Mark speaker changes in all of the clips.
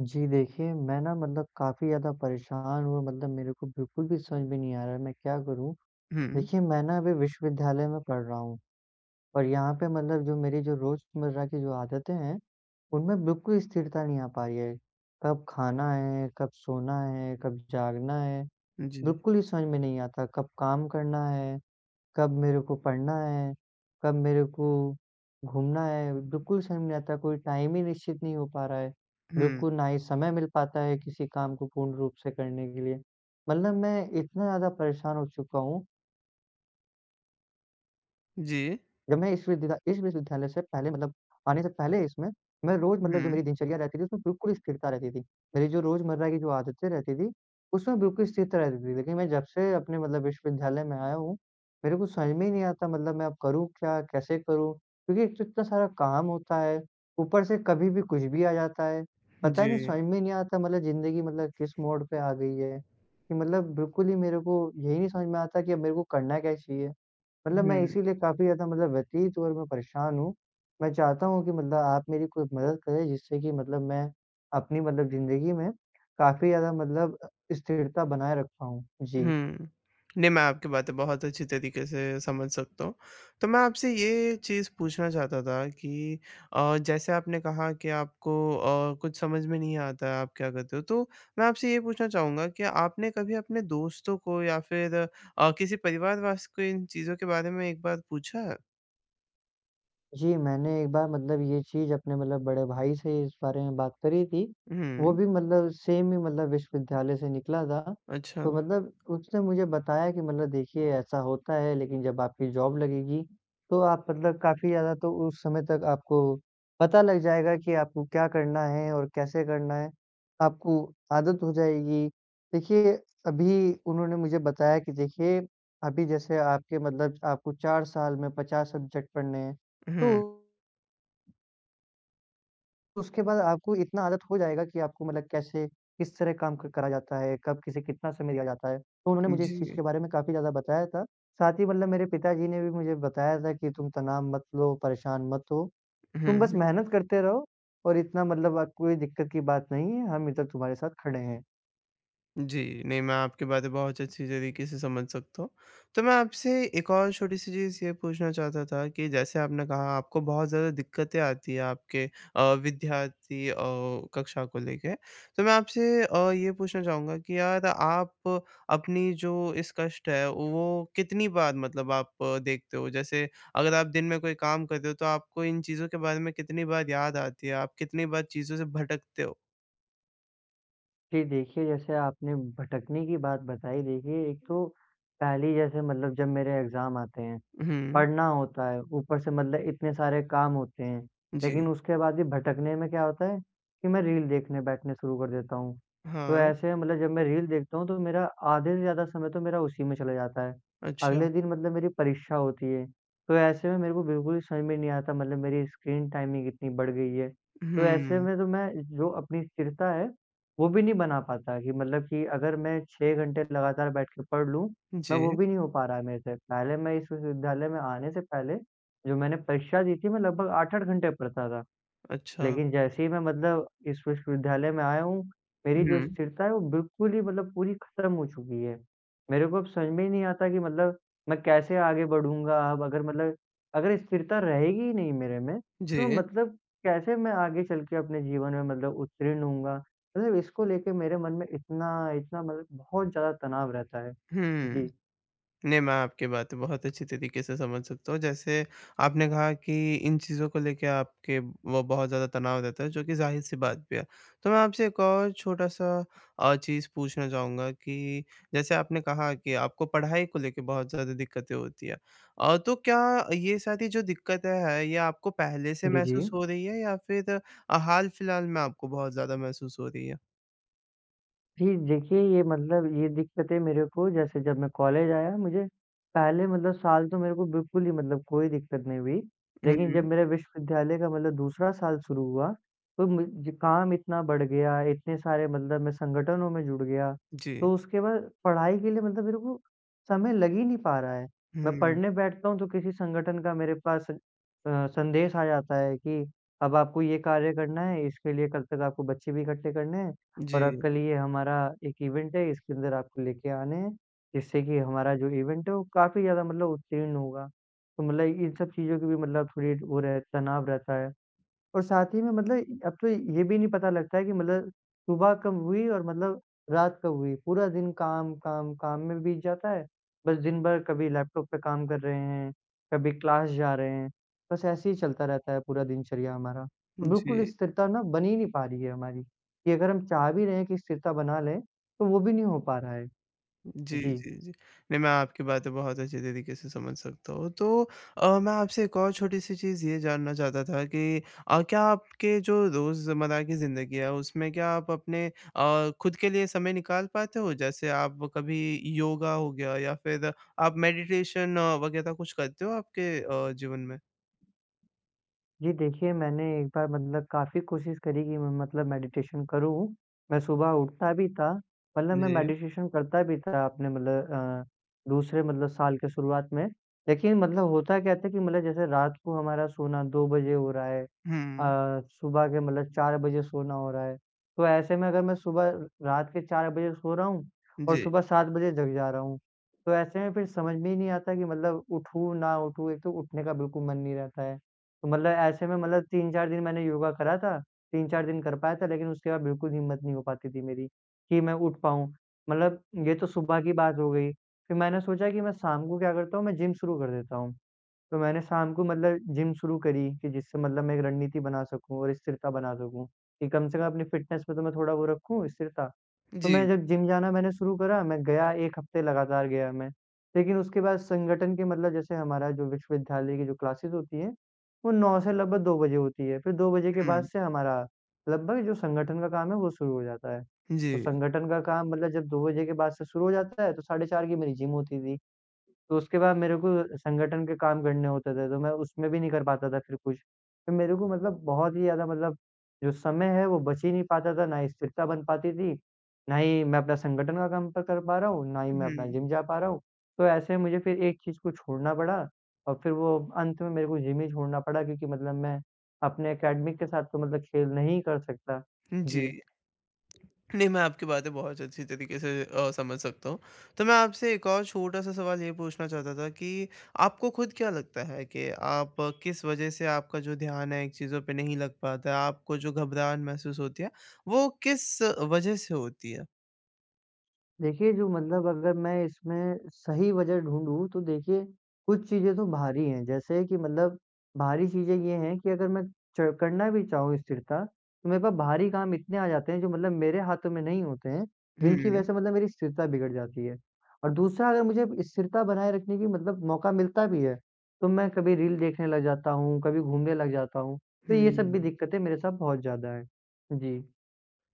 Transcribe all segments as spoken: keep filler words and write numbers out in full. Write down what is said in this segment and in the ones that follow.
Speaker 1: जी देखिए, मैं ना मतलब काफ़ी ज़्यादा परेशान हूँ, मतलब मेरे को बिल्कुल भी समझ में नहीं आ रहा है मैं क्या करूँ?
Speaker 2: हुँ,
Speaker 1: देखिए, मैं ना अभी विश्वविद्यालय में पढ़ रहा हूँ और यहाँ पे मतलब जो मेरी जो रोज़मर्रा की जो आदतें हैं, उनमें बिल्कुल स्थिरता नहीं आ पा रही है। कब खाना है, कब सोना है, कब जागना है,
Speaker 2: जी।
Speaker 1: बिल्कुल ही समझ में नहीं आता, कब काम करना है, कब मेरे को पढ़ना है, कब मेरे को घूमना है, बिल्कुल समझ नहीं आता, कोई टाइम ही निश्चित नहीं हो पा रहा है।
Speaker 2: हुँ,
Speaker 1: बिल्कुल ना ही समय मिल पाता है किसी काम को पूर्ण रूप से करने के लिए। मतलब मैं इतना ज़्यादा परेशान हो चुका हूँ
Speaker 2: जी।
Speaker 1: जब मैं इस विद्या इस विश्वविद्यालय से पहले मतलब आने से पहले इसमें, मैं रोज़ मतलब जो
Speaker 2: हुँ,
Speaker 1: मेरी दिनचर्या रहती थी उसमें बिल्कुल स्थिरता रहती थी। मेरी जो रोज़मर्रा की जो आदतें रहती थी, उसमें बिल्कुल स्थिरता रहती थी। लेकिन मैं जब से अपने मतलब विश्वविद्यालय में आया हूँ, मेरे को समझ में ही नहीं आता मतलब मैं अब करूँ क्या? कैसे करूँ? क्योंकि एक तो इतना सारा काम होता है, ऊपर से कभी भी कुछ भी आ जाता है। पता ही नहीं
Speaker 2: जी।
Speaker 1: समझ में नहीं आता मतलब ज़िंदगी मतलब किस मोड़ पे आ गई है, कि मतलब बिल्कुल ही मेरे को यही नहीं समझ में आता कि अब मेरे को करना क्या चाहिए? मतलब मैं
Speaker 2: हुँ,
Speaker 1: इसीलिए काफ़ी ज़्यादा मतलब व्यथित और मैं परेशान हूँ। मैं चाहता हूँ कि मतलब आप मेरी कोई मदद करें जिससे कि मतलब मैं अपनी मतलब ज़िंदगी में काफ़ी ज़्यादा मतलब अ, स्थिरता बनाए रख पाऊँ। जी।
Speaker 2: हुँ। नहीं, मैं आपकी बातें बहुत अच्छी तरीके से समझ सकता हूँ। तो मैं आपसे ये चीज़ पूछना चाहता था कि अ, जैसे आपने कहा कि आपको अ, कुछ समझ में नहीं आता है, आप क्या करते हो? तो मैं आपसे ये पूछना चाहूँगा कि आपने कभी अपने दोस्तों को या फिर अ, किसी परिवार वास को इन चीज़ों के बारे में एक बार पूछा है?
Speaker 1: जी, मैंने एक बार मतलब ये चीज़ अपने मतलब बड़े भाई से इस बारे में बात करी थी। वो
Speaker 2: हुँ।
Speaker 1: भी मतलब सेम ही मतलब विश्वविद्यालय से निकला था।
Speaker 2: अच्छा।
Speaker 1: तो मतलब उसने मुझे बताया कि मतलब देखिए ऐसा होता है लेकिन जब आपकी जॉब लगेगी, तो आप मतलब काफ़ी ज़्यादा तो उस समय तक आपको पता लग जाएगा कि आपको क्या करना है और कैसे करना है। आपको आदत हो जाएगी। देखिए, अभी उन्होंने मुझे बताया कि देखिए, अभी जैसे आपके मतलब आपको चार साल में पचास सब्जेक्ट पढ़ने हैं। तो
Speaker 2: हुँ,
Speaker 1: उसके बाद आपको इतना आदत हो जाएगा कि आपको मतलब कैसे, किस तरह काम क करा जाता है, कब किसे कितना समय दिया जाता है। तो उन्होंने मुझे इस चीज़
Speaker 2: जी।
Speaker 1: के बारे में काफ़ी ज़्यादा बताया था। साथ ही मतलब मेरे पिताजी ने भी मुझे बताया था कि तुम तनाव मत लो, परेशान मत हो, तुम बस
Speaker 2: हुँ।
Speaker 1: मेहनत करते रहो और इतना मतलब अ, कोई दिक्कत की बात नहीं है, हम इधर तुम्हारे साथ खड़े हैं।
Speaker 2: जी, नहीं मैं आपकी बातें बहुत अच्छी तरीके से समझ सकता हूँ। तो मैं आपसे एक और छोटी-सी चीज़ ये पूछना चाहता था कि जैसे आपने कहा आपको बहुत ज़्यादा दिक्कतें आती हैं आपके अ, विद्यार्थी अ, कक्षा को लेके। तो मैं आपसे अ, ये पूछना चाहूँगा कि यार आप अपनी जो इस कष्ट है वो कितनी बार मतलब आप अ, देखते हो? जैसे अगर आप दिन में कोई काम करते हो तो आपको इन चीज़ों के बारे में कितनी बार याद आती है? आप कितनी बार चीज़ों से भटकते हो?
Speaker 1: जी, देखिए जैसे आपने भटकने की बात बताई देखिए, एक तो पहले ही जैसे मतलब जब मेरे एग्ज़ाम आते हैं,
Speaker 2: हुँ,
Speaker 1: पढ़ना होता है, ऊपर से मतलब इतने सारे काम होते हैं,
Speaker 2: जी।
Speaker 1: लेकिन उसके बाद भी भटकने में क्या होता है कि मैं रील देखने बैठने शुरू कर देता हूँ। तो
Speaker 2: हाँ,
Speaker 1: ऐसे मतलब जब मैं रील देखता हूँ तो मेरा आधे से ज़्यादा समय तो मेरा उसी में चला जाता है।
Speaker 2: अच्छा।
Speaker 1: अगले दिन मतलब मेरी परीक्षा होती है, तो ऐसे में मेरे को बिल्कुल ही समझ में नहीं आता मतलब मेरी स्क्रीन टाइमिंग इतनी बढ़ गई है। तो ऐसे
Speaker 2: हुँ,
Speaker 1: में तो मैं जो अपनी स्थिरता है, वो भी नहीं बना पाता कि मतलब कि अगर मैं छह घंटे लगातार बैठ के पढ़ लूँ, मैं वो
Speaker 2: जी,
Speaker 1: भी नहीं हो पा रहा है मेरे से। पहले मैं इस विश्वविद्यालय में आने से पहले जो मैंने परीक्षा दी थी मैं लगभग आठ आठ घंटे पढ़ता था।
Speaker 2: अच्छा।
Speaker 1: लेकिन जैसे ही मैं मतलब इस विश्वविद्यालय में आया हूँ, मेरी जो
Speaker 2: हुँ,
Speaker 1: स्थिरता है वो बिल्कुल ही मतलब पूरी खत्म हो चुकी है। मेरे को अब समझ में ही नहीं आता कि मतलब मैं कैसे आगे बढ़ूँगा अब अगर मतलब अगर स्थिरता रहेगी ही नहीं मेरे में, तो मैं
Speaker 2: जी,
Speaker 1: मतलब कैसे मैं आगे चल के अपने जीवन में मतलब उत्तीर्ण होऊँगा? मतलब इसको लेके मेरे मन में इतना इतना मतलब बहुत ज़्यादा तनाव रहता है।
Speaker 2: हुँ।
Speaker 1: जी।
Speaker 2: नहीं, मैं आपकी बात बहुत अच्छी तरीके से समझ सकता हूँ। जैसे आपने कहा कि इन चीज़ों को लेके आपके वो बहुत ज़्यादा तनाव रहता है, जो कि ज़ाहिर-सी बात भी है। तो मैं आपसे एक और छोटा-सा अ, चीज़ पूछना चाहूँगा कि जैसे आपने कहा कि आपको पढ़ाई को लेके बहुत ज़्यादा दिक्कतें होती हैं। अ, तो क्या ये सारी जो दिक्कतें हैं, ये आपको पहले से
Speaker 1: जी, जी।
Speaker 2: महसूस हो रही है या फिर अ, हाल-फिलहाल में आपको बहुत ज़्यादा महसूस हो रही है?
Speaker 1: जी, देखिए ये मतलब ये दिक्कतें मेरे को जैसे जब मैं कॉलेज आया मुझे पहले मतलब साल तो मेरे को बिल्कुल ही मतलब कोई दिक्कत नहीं हुई। लेकिन जब
Speaker 2: हुँ।
Speaker 1: मेरा विश्वविद्यालय का मतलब दूसरा साल शुरू हुआ, तो मुझे काम इतना बढ़ गया, इतने सारे मतलब मैं संगठनों में जुड़ गया,
Speaker 2: जी।
Speaker 1: तो उसके बाद पढ़ाई के लिए मतलब मेरे को समय लग ही नहीं पा रहा है। मैं
Speaker 2: हुँ।
Speaker 1: पढ़ने बैठता हूँ तो किसी संगठन का मेरे पास अ, संदेश आ जाता है कि अब आपको ये कार्य करना है, इसके लिए कल तक आपको बच्चे भी इकट्ठे करने हैं। और अब
Speaker 2: जी,
Speaker 1: कल ये हमारा एक इवेंट है, इसके अंदर आपको लेके आने हैं, जिससे कि हमारा जो इवेंट है वो काफ़ी ज़्यादा मतलब उत्तीर्ण होगा। तो मतलब इन सब चीज़ों की भी मतलब थोड़ी वो रह तनाव रहता है। और साथ ही में मतलब अब तो ये भी नहीं पता लगता है कि मतलब सुबह कब हुई और मतलब रात कब हुई। पूरा दिन काम, काम, काम में बीत जाता है। बस दिन भर कभी लैपटॉप पे काम कर रहे हैं, कभी क्लास जा रहे हैं। बस ऐसे ही चलता रहता है पूरा दिनचर्या हमारा। तो
Speaker 2: जी,
Speaker 1: बिल्कुल स्थिरता ना बन ही नहीं पा रही है हमारी, कि अगर हम चाह भी रहे हैं कि स्थिरता बना लें, तो वो भी नहीं हो पा रहा है।
Speaker 2: जी,
Speaker 1: जी।
Speaker 2: जी, जी। नहीं, मैं आपकी बातें बहुत अच्छे तरीके से समझ सकता हूँ। तो अ, मैं आपसे एक और छोटी-सी चीज़ ये जानना चाहता था कि अ, क्या आपके जो रोज़मर्रा की ज़िंदगी है, उसमें क्या आप अपने अ, खुद के लिए समय निकाल पाते हो? जैसे आप कभी योगा हो गया या फिर आप मेडिटेशन वगैरह कुछ करते हो आपके अ, जीवन में?
Speaker 1: जी देखिए, मैंने एक बार मतलब काफ़ी कोशिश करी कि मैं मतलब मेडिटेशन करूँ। मैं सुबह उठता भी था, मतलब मैं
Speaker 2: जी।
Speaker 1: मेडिटेशन करता भी था अपने मतलब अ, दूसरे मतलब साल के शुरुआत में। लेकिन मतलब होता क्या था कि मतलब जैसे रात को हमारा सोना दो बजे हो रहा है, अ,
Speaker 2: हुँ।
Speaker 1: सुबह के मतलब चार बजे सोना हो रहा है। तो ऐसे में अगर मैं सुबह रात के चार बजे सो रहा हूँ और
Speaker 2: जी।
Speaker 1: सुबह सात बजे जग जा रहा हूँ, तो ऐसे में फिर समझ में ही नहीं आता कि मतलब उठूँ, ना उठूँ। एक तो उठने का बिल्कुल मन नहीं रहता है। तो मतलब ऐसे में मतलब तीन चार दिन मैंने योगा करा था, तीन चार दिन कर पाया था लेकिन उसके बाद बिल्कुल हिम्मत नहीं हो पाती थी मेरी, कि मैं उठ पाऊँ। मतलब ये तो सुबह की बात हो गई, फिर मैंने सोचा कि मैं शाम को क्या करता हूँ मैं जिम शुरू कर देता हूँ। तो मैंने शाम को मतलब जिम शुरू करी कि जिससे मतलब मैं एक रणनीति बना सकूँ और स्थिरता बना सकूँ, कि कम से कम अपनी फ़िटनेस पे तो मैं थोड़ा वो रखूँ स्थिरता। तो
Speaker 2: जी,
Speaker 1: मैं जब जिम जाना मैंने शुरू करा, मैं गया एक हफ़्ते लगातार गया मैं। लेकिन उसके बाद संगठन के मतलब जैसे हमारा जो विश्वविद्यालय की जो क्लासेस होती हैं, वो नौ से लगभग दो बजे होती है, फिर दो बजे के बाद
Speaker 2: हुँ।
Speaker 1: से हमारा लगभग जो संगठन का काम है वो शुरू हो जाता है।
Speaker 2: जी।
Speaker 1: तो संगठन का काम मतलब जब दो बजे के बाद से शुरू हो जाता है, तो साढ़े चार की मेरी जिम होती थी। तो उसके बाद मेरे को संगठन के काम करने होते थे, तो मैं उसमें भी नहीं कर पाता था फिर कुछ। तो मेरे को मतलब बहुत ही ज़्यादा मतलब जो समय है वो बच ही नहीं पाता था, ना ही स्थिरता बन पाती थी, ना ही मैं अपना संगठन का काम प कर पा रहा हूँ, ना ही मैं अपना
Speaker 2: हुँ।
Speaker 1: जिम जा पा रहा हूँ। तो ऐसे में मुझे फिर एक चीज़ को छोड़ना पड़ा और फिर वो अंत में मेरे को जिम ही छोड़ना पड़ा क्योंकि मतलब मैं अपने एकेडमिक के साथ तो मतलब खेल नहीं कर सकता।
Speaker 2: जी।
Speaker 1: जी।
Speaker 2: नहीं, मैं आपकी बातें बहुत अच्छी तरीके से अ, समझ सकता हूँ। तो मैं आपसे एक और छोटा-सा सवाल ये पूछना चाहता था कि आपको खुद क्या लगता है कि आप अ, किस वजह से आपका जो ध्यान है एक चीज़ों पे नहीं लग पाता है? आपको जो घबराहट महसूस होती है, वो किस वजह से होती है?
Speaker 1: देखिए, जो मतलब अगर मैं इसमें सही वजह ढूँढूँ तो देखिए, कुछ चीज़ें तो भारी हैं। जैसे कि मतलब भारी चीज़ें ये हैं कि अगर मैं च करना भी चाहूँ स्थिरता, तो मेरे पास भारी काम इतने आ जाते हैं जो मतलब मेरे हाथों में नहीं होते हैं, जिनकी वजह
Speaker 2: हुँ,
Speaker 1: से मतलब मेरी स्थिरता बिगड़ जाती है। और दूसरा अगर मुझे स्थिरता बनाए रखने की मतलब मौका मिलता भी है, तो मैं कभी रील देखने लग जाता हूँ, कभी घूमने लग जाता हूँ। तो ये सब भी
Speaker 2: हुँ।
Speaker 1: दिक्कतें मेरे साथ बहुत ज़्यादा हैं। जी।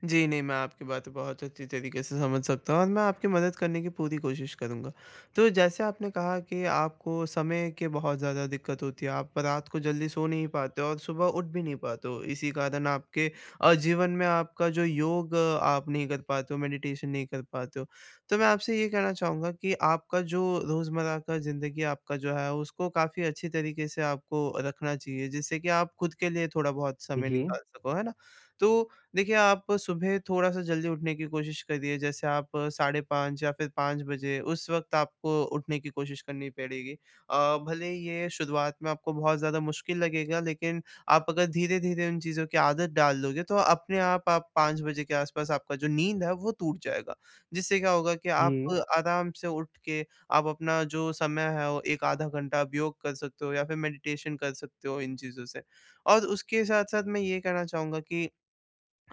Speaker 2: जी, नहीं, मैं आपकी बातें बहुत अच्छी तरीके से समझ सकता हूँ और मैं आपकी मदद करने की पूरी कोशिश करूँगा। तो जैसे आपने कहा कि आपको समय की बहुत ज़्यादा दिक्कत होती है, आप रात को जल्दी सो नहीं पाते हो और सुबह उठ भी नहीं पाते हो। इसी कारण आपके अ, जीवन में आपका जो योग अ, आप नहीं कर पाते हो, मेडिटेशन नहीं कर पाते हो। तो मैं आपसे ये कहना चाहूँगा कि आपका जो रोज़मर्रा का ज़िंदगी आपका जो है, उसको काफ़ी अच्छी तरीके से आपको रखना चाहिए, जिससे कि आप खुद के लिए थोड़ा बहुत
Speaker 1: जी,
Speaker 2: समय
Speaker 1: जी।
Speaker 2: निकाल सको, है ना? तो देखिए, आप सुबह थोड़ा-सा जल्दी उठने की कोशिश करिए, जैसे आप साढ़े पाँच या फिर पाँच बजे उस वक़्त आपको उठने की कोशिश करनी पड़ेगी। अ, भले ही ये शुरुआत में आपको बहुत ज़्यादा मुश्किल लगेगा, लेकिन आप अगर धीरे-धीरे उन चीज़ों की आदत डाल लोगे, तो अपने आप आप पाँच बजे के आसपास आपका जो नींद है, वो टूट जाएगा। जिससे क्या होगा कि आप
Speaker 1: जी,
Speaker 2: आराम से उठ के आप अपना जो समय है, वो एक आधा घंटा आप योग कर सकते हो या फिर मेडिटेशन कर सकते हो इन चीज़ों से। और उसके साथ-साथ मैं ये कहना चाहूँगा कि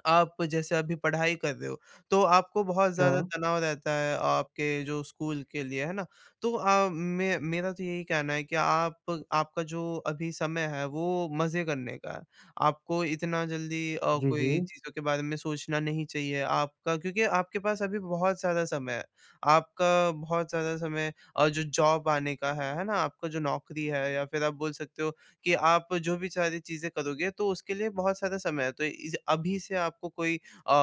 Speaker 2: आप जैसे अभी पढ़ाई कर रहे हो, तो आपको बहुत
Speaker 1: अच्छा।
Speaker 2: ज़्यादा तनाव रहता है आपके जो स्कूल के लिए, है ना? तो अ, मे मेरा तो यही कहना है कि आप आपका जो अभी समय है वो मज़े करने का है। आपको इतना जल्दी अ,
Speaker 1: जी, जी।
Speaker 2: कोई चीज़ों के बारे में सोचना नहीं चाहिए आपका, क्योंकि आपके पास अभी बहुत ज़्यादा समय है। आपका बहुत ज़्यादा समय अ, जो जॉब आने का है, है ना? आपका जो नौकरी है या फिर आप बोल सकते हो कि आप जो भी सारी चीज़ें करोगे तो उसके लिए बहुत सारा समय है। तो इस अभी से आपको कोई अ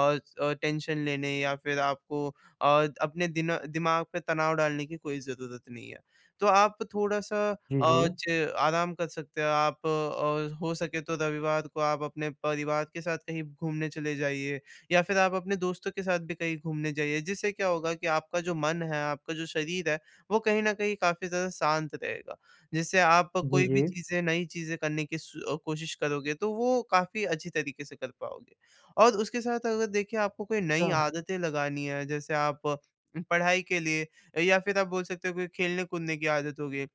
Speaker 2: अ, टेंशन लेने या फिर आपको अ, अपने दिना दिमाग पे तनाव डालने की कोई ज़रूरत नहीं है। तो आप थोड़ा-सा
Speaker 1: जी,
Speaker 2: अ,
Speaker 1: जी।
Speaker 2: च आराम कर सकते हो आप, और हो सके तो रविवार को आप अपने परिवार के साथ कहीं घूमने चले जाइए या फिर आप अपने दोस्तों के साथ भी कहीं घूमने जाइए। जिससे क्या होगा कि आपका जो मन है, आपका जो शरीर है, वो कहीं न कहीं काफ़ी ज़्यादा शांत रहेगा। जैसे आप
Speaker 1: जी,
Speaker 2: कोई
Speaker 1: जी।
Speaker 2: भी चीज़ें नई चीज़ें करने की स अ, कोशिश करोगे तो वो काफ़ी अच्छी तरीके से कर पाओगे। और उसके साथ अगर देखिए आपको कोई नई
Speaker 1: अच्छा।
Speaker 2: आदतें लगानी है, जैसे आप अ, पढ़ाई के लिए या फिर आप बोल सकते हो कोई खेलने-कूदने की आदत हो गई।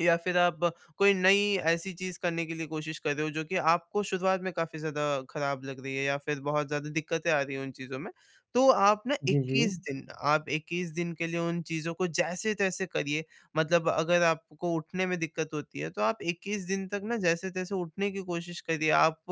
Speaker 2: या फिर आप कोई नई ऐसी चीज़ करने के लिए कोशिश कर रहे हो जो कि आपको शुरुआत में काफ़ी ज़्यादा ख़राब लग रही है या फिर बहुत ज़्यादा दिक्कतें आ रही हैं उन चीज़ों में। तो आप ना
Speaker 1: जी, जी।
Speaker 2: इक्कीस दिन आप इक्कीस दिन के लिए उन चीज़ों को जैसे-तैसे करिए। मतलब अगर आपको उठने में दिक्कत होती है तो आप इक्कीस दिन तक ना जैसे-तैसे उठने की कोशिश करिए। आप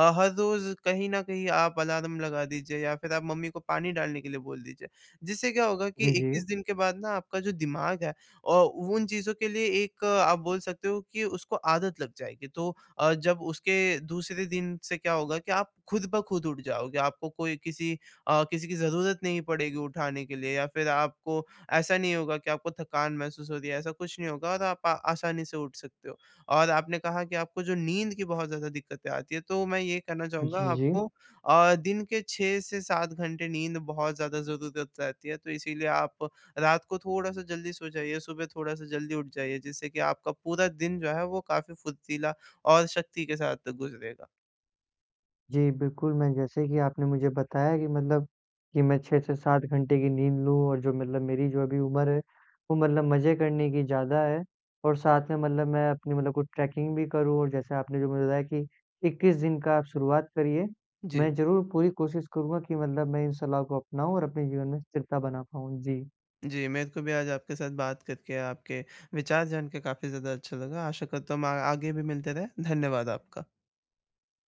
Speaker 2: अ, हर रोज़ कहीं न कहीं आप अलार्म लगा दीजिए या फिर आप मम्मी को पानी डालने के लिए बोल दीजिए। जिससे क्या होगा कि
Speaker 1: जी, जी।
Speaker 2: इक्कीस दिन के बाद ना आपका जो दिमाग है और उन चीज़ों के लिए एक अ, आप बोल सकते हो कि उसको आदत लग जाएगी। तो अ, जब उसके दूसरे दिन से क्या होगा कि आप खुद ब खुद उठ जाओगे। आपको कोई किसी अ, किसी की ज़रूरत नहीं पड़ेगी उठाने के लिए, या फिर आपको ऐसा नहीं होगा कि आपको थकान महसूस हो रही है, ऐसा कुछ नहीं होगा और आप आ आसानी से उठ सकते हो। और आपने कहा कि आपको जो नींद की बहुत ज़्यादा दिक्कतें आती हैं, तो मैं ये कहना चाहूँगा
Speaker 1: जी, जी।
Speaker 2: आपको अ, दिन के छह से सात घंटे नींद बहुत ज़्यादा ज़रूरत रहती है। तो इसीलिए आप रात को थोड़ा-सा जल्दी सो जाइए, सुबह थोड़ा-सा जल्दी उठ जाइए, जिससे कि आपका पूरा दिन जो है वो काफ़ी फुर्तीला और शक्ति के साथ गुज़रेगा।
Speaker 1: जी, बिल्कुल, मैं जैसे कि आपने मुझे बताया कि मतलब कि मैं छह से सात घंटे की नींद लूँ और जो मतलब मेरी जो अभी उम्र है, वो मतलब मज़े करने की ज़्यादा है और साथ में मतलब मैं अपनी मतलब कुछ ट्रैकिंग भी करूँ और जैसे आपने जो मुझे बताया कि इक्कीस दिन का आप शुरुआत करिए।
Speaker 2: जी।
Speaker 1: मैं ज़रूर पूरी कोशिश करूँगा कि मतलब मैं इन सलाह को अपनाऊँ और अपने जीवन में स्थिरता बना पाऊँ। जी।
Speaker 2: जी, मेरे को भी आज आपके साथ बात करके, आपके विचार जान के काफ़ी ज़्यादा अच्छा लगा। आशा करता हूँ हम आ आगे भी मिलते रहें। धन्यवाद आपका।